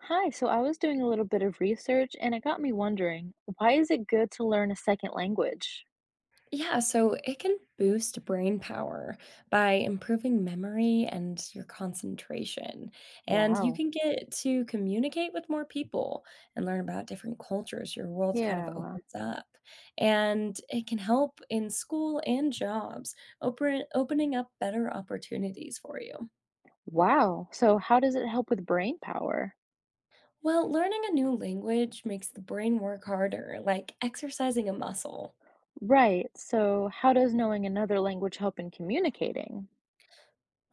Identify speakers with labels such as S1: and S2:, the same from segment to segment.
S1: Hi, so I was doing a little bit of research and it got me wondering, why is it good to learn a second language?
S2: Yeah, so it can boost brain power by improving memory and your concentration. And you
S1: Wow.
S2: can get to communicate with more people and learn about different cultures. Your world kind of
S1: Yeah.
S2: opens up. And it can help in school and jobs, opening up better opportunities for you.
S1: Wow. So how does it help with brain power?
S2: Well, learning a new language makes the brain work harder, like exercising a muscle.
S1: Right. So how does knowing another language help in communicating?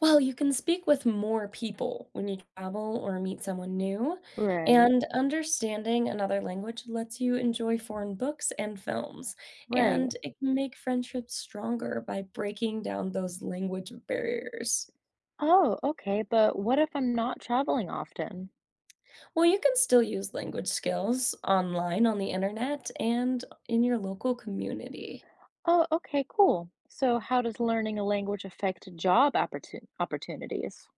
S2: Well, you can speak with more people when you travel or meet someone new,
S1: Right.
S2: and understanding another language lets you enjoy foreign books and films,
S1: Right.
S2: and it can make friendships stronger by breaking down those language barriers.
S1: Oh, okay. But what if I'm not traveling often?
S2: Well, you can still use language skills online on the internet and in your local community.
S1: Oh, okay, cool. So how does learning a language affect job opportun opportunities?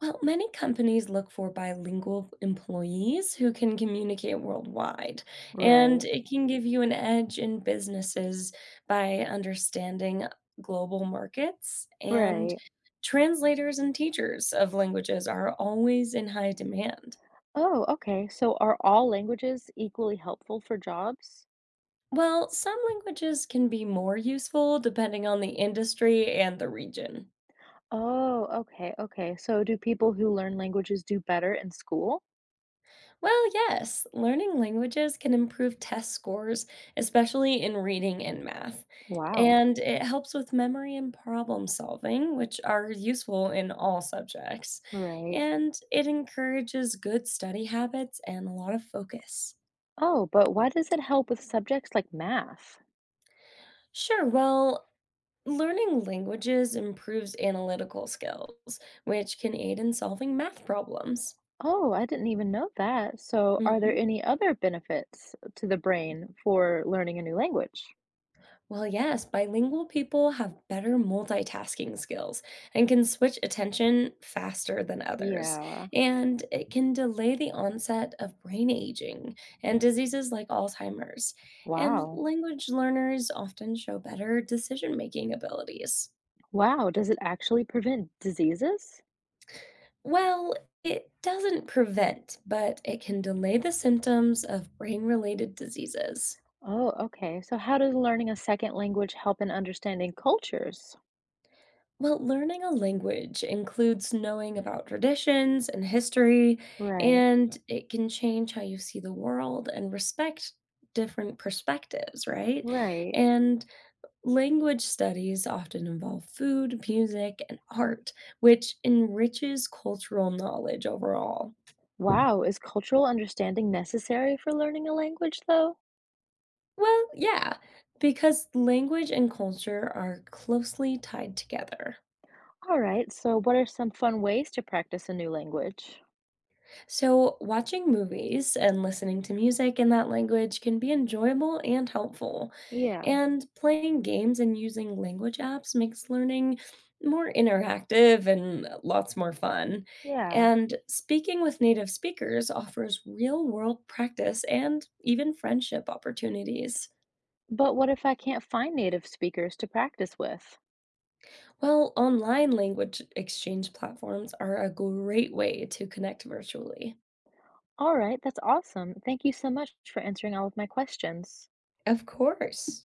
S2: Well, many companies look for bilingual employees who can communicate worldwide, and
S1: Right.
S2: it can give you an edge in businesses by understanding global markets. And
S1: Right.
S2: translators and teachers of languages are always in high demand.
S1: Oh, okay. So are all languages equally helpful for jobs?
S2: Well, some languages can be more useful depending on the industry and the region.
S1: Oh, okay, okay. So do people who learn languages do better in school?
S2: Well, yes, learning languages can improve test scores, especially in reading and math.
S1: Wow.
S2: And it helps with memory and problem solving, which are useful in all subjects.
S1: Right.
S2: And it encourages good study habits and a lot of focus.
S1: Oh, but why does it help with subjects like math?
S2: Sure, well, learning languages improves analytical skills, which can aid in solving math problems.
S1: Oh, I didn't even know that. So are there
S2: Mhm.
S1: any other benefits to the brain for learning a new language?
S2: Well, yes, bilingual people have better multitasking skills and can switch attention faster than others.
S1: Yeah.
S2: And it can delay the onset of brain aging and diseases like Alzheimer's. And
S1: Wow.
S2: language learners often show better decision making abilities.
S1: Wow, does it actually prevent diseases?
S2: Well, it doesn't prevent, but it can delay the symptoms of brain related diseases.
S1: Oh, okay. So how does learning a second language help in understanding cultures?
S2: Well, learning a language includes knowing about traditions and history,
S1: Right.
S2: and it can change how you see the world and respect different perspectives, right?
S1: Right.
S2: And language studies often involve food, music, and art, which enriches cultural knowledge overall.
S1: Wow, is cultural understanding necessary for learning a language, though?
S2: Well, yeah, because language and culture are closely tied together.
S1: All right, so what are some fun ways to practice a new language?
S2: So, watching movies and listening to music in that language can be enjoyable and helpful.
S1: Yeah,
S2: And playing games and using language apps makes learning more interactive and lots more fun.
S1: yeah.
S2: And speaking with native speakers offers real world practice and even friendship opportunities.
S1: But what if I can't find native speakers to practice with?
S2: Well, online language exchange platforms are a great way to connect virtually.
S1: All right, that's awesome. Thank you so much for answering all of my questions.
S2: Of course.